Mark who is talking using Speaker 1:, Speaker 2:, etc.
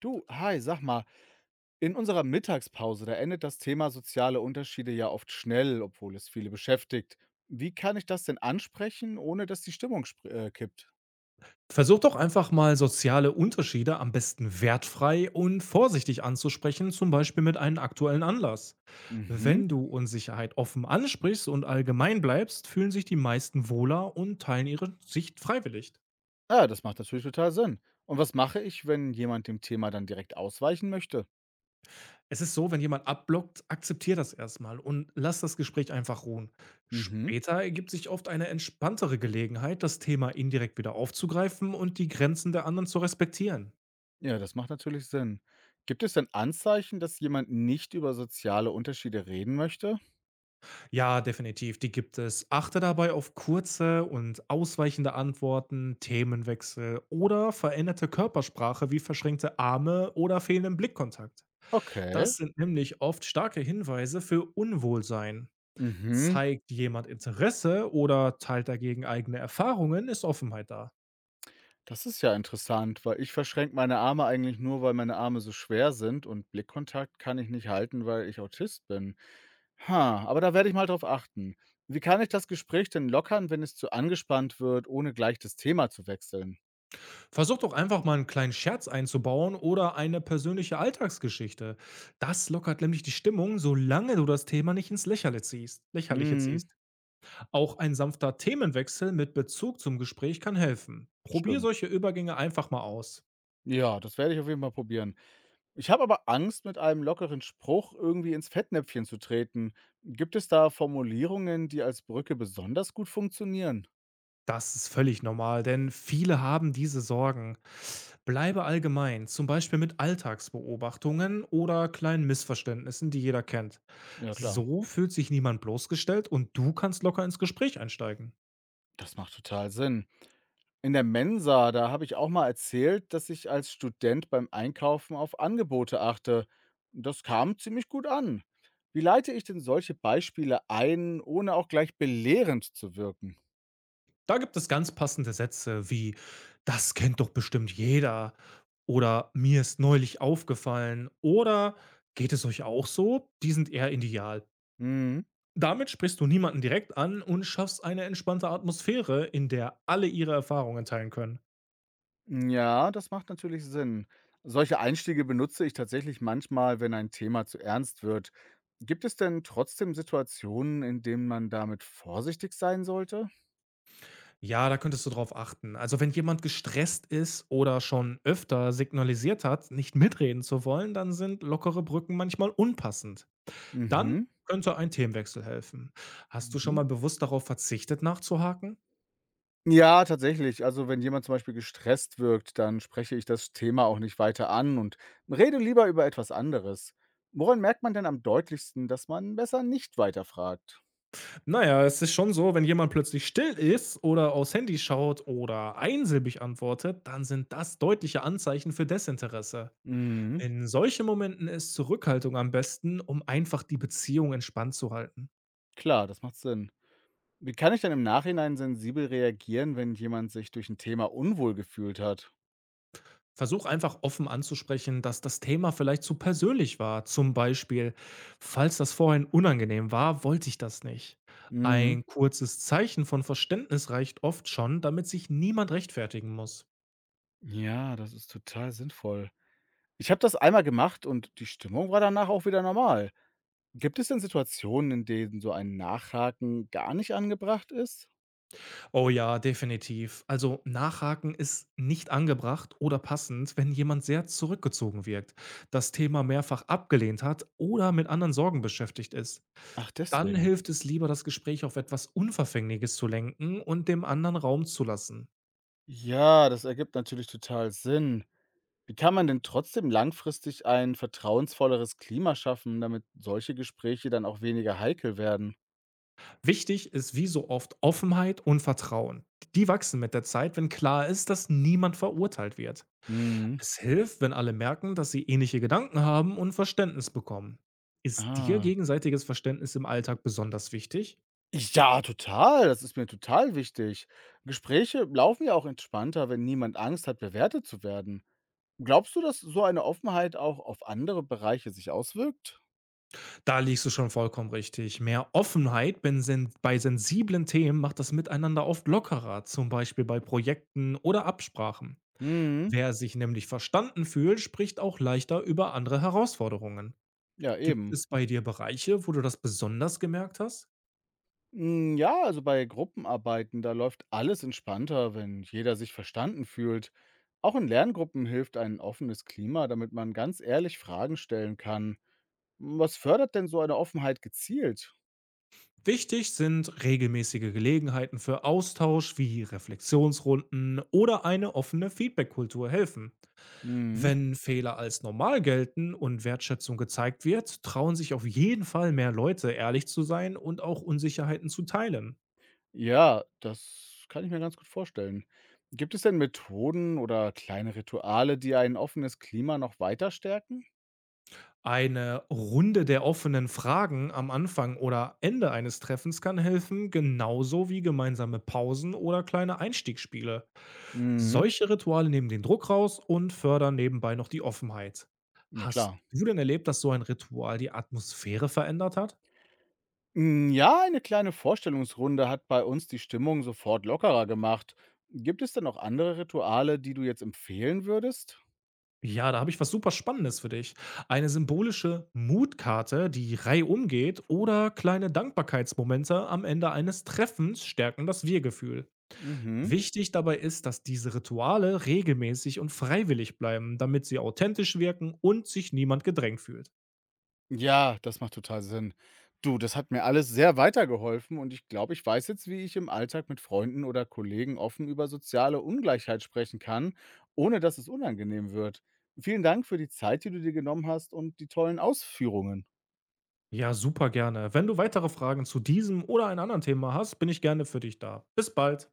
Speaker 1: Du, hi, sag mal, in unserer Mittagspause, da endet das Thema soziale Unterschiede ja oft schnell, obwohl es viele beschäftigt. Wie kann ich das denn ansprechen, ohne dass die Stimmung kippt?
Speaker 2: Versuch doch einfach mal soziale Unterschiede am besten wertfrei und vorsichtig anzusprechen, zum Beispiel mit einem aktuellen Anlass.
Speaker 1: Mhm.
Speaker 2: Wenn du Unsicherheit offen ansprichst und allgemein bleibst, fühlen sich die meisten wohler und teilen ihre Sicht freiwillig.
Speaker 1: Ja, das macht natürlich total Sinn. Und was mache ich, wenn jemand dem Thema dann direkt ausweichen möchte?
Speaker 2: Es ist so, wenn jemand abblockt, akzeptier das erstmal und lass das Gespräch einfach ruhen.
Speaker 1: Mhm.
Speaker 2: Später ergibt sich oft eine entspanntere Gelegenheit, das Thema indirekt wieder aufzugreifen und die Grenzen der anderen zu respektieren.
Speaker 1: Ja, das macht natürlich Sinn. Gibt es denn Anzeichen, dass jemand nicht über soziale Unterschiede reden möchte?
Speaker 2: Ja, definitiv, die gibt es. Achte dabei auf kurze und ausweichende Antworten, Themenwechsel oder veränderte Körpersprache wie verschränkte Arme oder fehlenden Blickkontakt.
Speaker 1: Okay.
Speaker 2: Das sind nämlich oft starke Hinweise für Unwohlsein.
Speaker 1: Mhm.
Speaker 2: Zeigt jemand Interesse oder teilt dagegen eigene Erfahrungen, ist Offenheit da.
Speaker 1: Das ist ja interessant, weil ich verschränke meine Arme eigentlich nur, weil meine Arme so schwer sind und Blickkontakt kann ich nicht halten, weil ich Autist bin. Ha, aber da werde ich mal drauf achten. Wie kann ich das Gespräch denn lockern, wenn es zu angespannt wird, ohne gleich das Thema zu wechseln?
Speaker 2: Versucht doch einfach mal einen kleinen Scherz einzubauen oder eine persönliche Alltagsgeschichte. Das lockert nämlich die Stimmung, solange du das Thema nicht ins Lächerliche ziehst. Lächerliche
Speaker 1: Mhm,
Speaker 2: ziehst. Auch ein sanfter Themenwechsel mit Bezug zum Gespräch kann helfen. Probier
Speaker 1: stimmt.
Speaker 2: solche Übergänge einfach mal aus.
Speaker 1: Ja, das werde ich auf jeden Fall probieren. Ich habe aber Angst, mit einem lockeren Spruch irgendwie ins Fettnäpfchen zu treten. Gibt es da Formulierungen, die als Brücke besonders gut funktionieren?
Speaker 2: Das ist völlig normal, denn viele haben diese Sorgen. Bleibe allgemein, zum Beispiel mit Alltagsbeobachtungen oder kleinen Missverständnissen, die jeder kennt.
Speaker 1: Ja, klar.
Speaker 2: So fühlt sich niemand bloßgestellt und du kannst locker ins Gespräch einsteigen.
Speaker 1: Das macht total Sinn. In der Mensa, da habe ich auch mal erzählt, dass ich als Student beim Einkaufen auf Angebote achte. Das kam ziemlich gut an. Wie leite ich denn solche Beispiele ein, ohne auch gleich belehrend zu wirken?
Speaker 2: Da gibt es ganz passende Sätze wie „Das kennt doch bestimmt jeder“ oder „Mir ist neulich aufgefallen“ oder „Geht es euch auch so?“ Die sind eher ideal.
Speaker 1: Mhm.
Speaker 2: Damit sprichst du niemanden direkt an und schaffst eine entspannte Atmosphäre, in der alle ihre Erfahrungen teilen können.
Speaker 1: Ja, das macht natürlich Sinn. Solche Einstiege benutze ich tatsächlich manchmal, wenn ein Thema zu ernst wird. Gibt es denn trotzdem Situationen, in denen man damit vorsichtig sein sollte?
Speaker 2: Ja, da könntest du drauf achten. Also, wenn jemand gestresst ist oder schon öfter signalisiert hat, nicht mitreden zu wollen, dann sind lockere Brücken manchmal unpassend. Dann
Speaker 1: Mhm.
Speaker 2: könnte ein Themenwechsel helfen. Hast du schon
Speaker 1: Mhm.
Speaker 2: mal bewusst darauf verzichtet, nachzuhaken?
Speaker 1: Ja, tatsächlich. Also, wenn jemand zum Beispiel gestresst wirkt, dann spreche ich das Thema auch nicht weiter an und rede lieber über etwas anderes. Woran merkt man denn am deutlichsten, dass man besser nicht weiterfragt?
Speaker 2: Naja, es ist schon so, wenn jemand plötzlich still ist oder aufs Handy schaut oder einsilbig antwortet, dann sind das deutliche Anzeichen für Desinteresse.
Speaker 1: Mhm,
Speaker 2: In solchen Momenten ist Zurückhaltung am besten, um einfach die Beziehung entspannt zu halten.
Speaker 1: klar, das macht Sinn. Wie kann ich denn im Nachhinein sensibel reagieren, wenn jemand sich durch ein Thema unwohl gefühlt hat?
Speaker 2: Versuch einfach offen anzusprechen, dass das Thema vielleicht zu persönlich war. Zum Beispiel, falls das vorhin unangenehm war, wollte ich das nicht.
Speaker 1: Mhm.
Speaker 2: Ein kurzes Zeichen von Verständnis reicht oft schon, damit sich niemand rechtfertigen muss.
Speaker 1: Ja, das ist total sinnvoll. Ich habe das einmal gemacht und die Stimmung war danach auch wieder normal. Gibt es denn Situationen, in denen so ein Nachhaken gar nicht angebracht ist?
Speaker 2: Oh ja, definitiv. Also nachhaken ist nicht angebracht oder passend, wenn jemand sehr zurückgezogen wirkt, das Thema mehrfach abgelehnt hat oder mit anderen Sorgen beschäftigt ist,
Speaker 1: Ach,
Speaker 2: dann
Speaker 1: deswegen.
Speaker 2: hilft es lieber, das Gespräch auf etwas Unverfängliches zu lenken und dem anderen Raum zu lassen.
Speaker 1: Ja, das ergibt natürlich total Sinn. Wie kann man denn trotzdem langfristig ein vertrauensvolleres Klima schaffen, damit solche Gespräche dann auch weniger heikel werden?
Speaker 2: Wichtig ist wie so oft Offenheit und Vertrauen. Die wachsen mit der Zeit, wenn klar ist, dass niemand verurteilt wird.
Speaker 1: Mhm.
Speaker 2: Es hilft, wenn alle merken, dass sie ähnliche Gedanken haben und Verständnis bekommen. Ist dir
Speaker 1: Ah.
Speaker 2: gegenseitiges Verständnis im Alltag besonders wichtig?
Speaker 1: Ja, total. Das ist mir total wichtig. Gespräche laufen ja auch entspannter, wenn niemand Angst hat, bewertet zu werden. Glaubst du, dass so eine Offenheit auch auf andere Bereiche sich auswirkt?
Speaker 2: Da liegst du schon vollkommen richtig. Mehr Offenheit bei sensiblen Themen macht das Miteinander oft lockerer, zum Beispiel bei Projekten oder Absprachen.
Speaker 1: Mhm.
Speaker 2: Wer sich nämlich verstanden fühlt, spricht auch leichter über andere Herausforderungen.
Speaker 1: Ja,
Speaker 2: Gibt
Speaker 1: eben.
Speaker 2: es bei dir Bereiche, wo du das besonders gemerkt hast?
Speaker 1: Hm, ja, also bei Gruppenarbeiten, da läuft alles entspannter, wenn jeder sich verstanden fühlt. Auch in Lerngruppen hilft ein offenes Klima, damit man ganz ehrlich Fragen stellen kann. Hm, was fördert denn so eine Offenheit gezielt?
Speaker 2: Wichtig sind regelmäßige Gelegenheiten für Austausch wie Reflexionsrunden oder eine offene Feedbackkultur helfen.
Speaker 1: Mhm.
Speaker 2: Wenn Fehler als normal gelten und Wertschätzung gezeigt wird, trauen sich auf jeden Fall mehr Leute, ehrlich zu sein und auch Unsicherheiten zu teilen.
Speaker 1: Ja, das kann ich mir ganz gut vorstellen. Gibt es denn Methoden oder kleine Rituale, die ein offenes Klima noch weiter stärken?
Speaker 2: Eine Runde der offenen Fragen am Anfang oder Ende eines Treffens kann helfen, genauso wie gemeinsame Pausen oder kleine Einstiegsspiele.
Speaker 1: Mhm.
Speaker 2: Solche Rituale nehmen den Druck raus und fördern nebenbei noch die Offenheit.
Speaker 1: Ja,
Speaker 2: Hast
Speaker 1: klar.
Speaker 2: du denn erlebt, dass so ein Ritual die Atmosphäre verändert hat?
Speaker 1: Hm, ja, eine kleine Vorstellungsrunde hat bei uns die Stimmung sofort lockerer gemacht. Gibt es denn noch andere Rituale, die du jetzt empfehlen würdest?
Speaker 2: Ja, da habe ich was super Spannendes für dich. Eine symbolische Mutkarte, die Reihe umgeht, oder kleine Dankbarkeitsmomente am Ende eines Treffens stärken das Wir-Gefühl.
Speaker 1: Mhm.
Speaker 2: Wichtig dabei ist, dass diese Rituale regelmäßig und freiwillig bleiben, damit sie authentisch wirken und sich niemand gedrängt fühlt.
Speaker 1: Ja, das macht total Sinn. Du, das hat mir alles sehr weitergeholfen und ich glaube, ich weiß jetzt, wie ich im Alltag mit Freunden oder Kollegen offen über soziale Ungleichheit sprechen kann, ohne dass es unangenehm wird. Vielen Dank für die Zeit, die du dir genommen hast und die tollen Ausführungen.
Speaker 2: Ja, super gerne. Wenn du weitere Fragen zu diesem oder einem anderen Thema hast, bin ich gerne für dich da. Bis bald.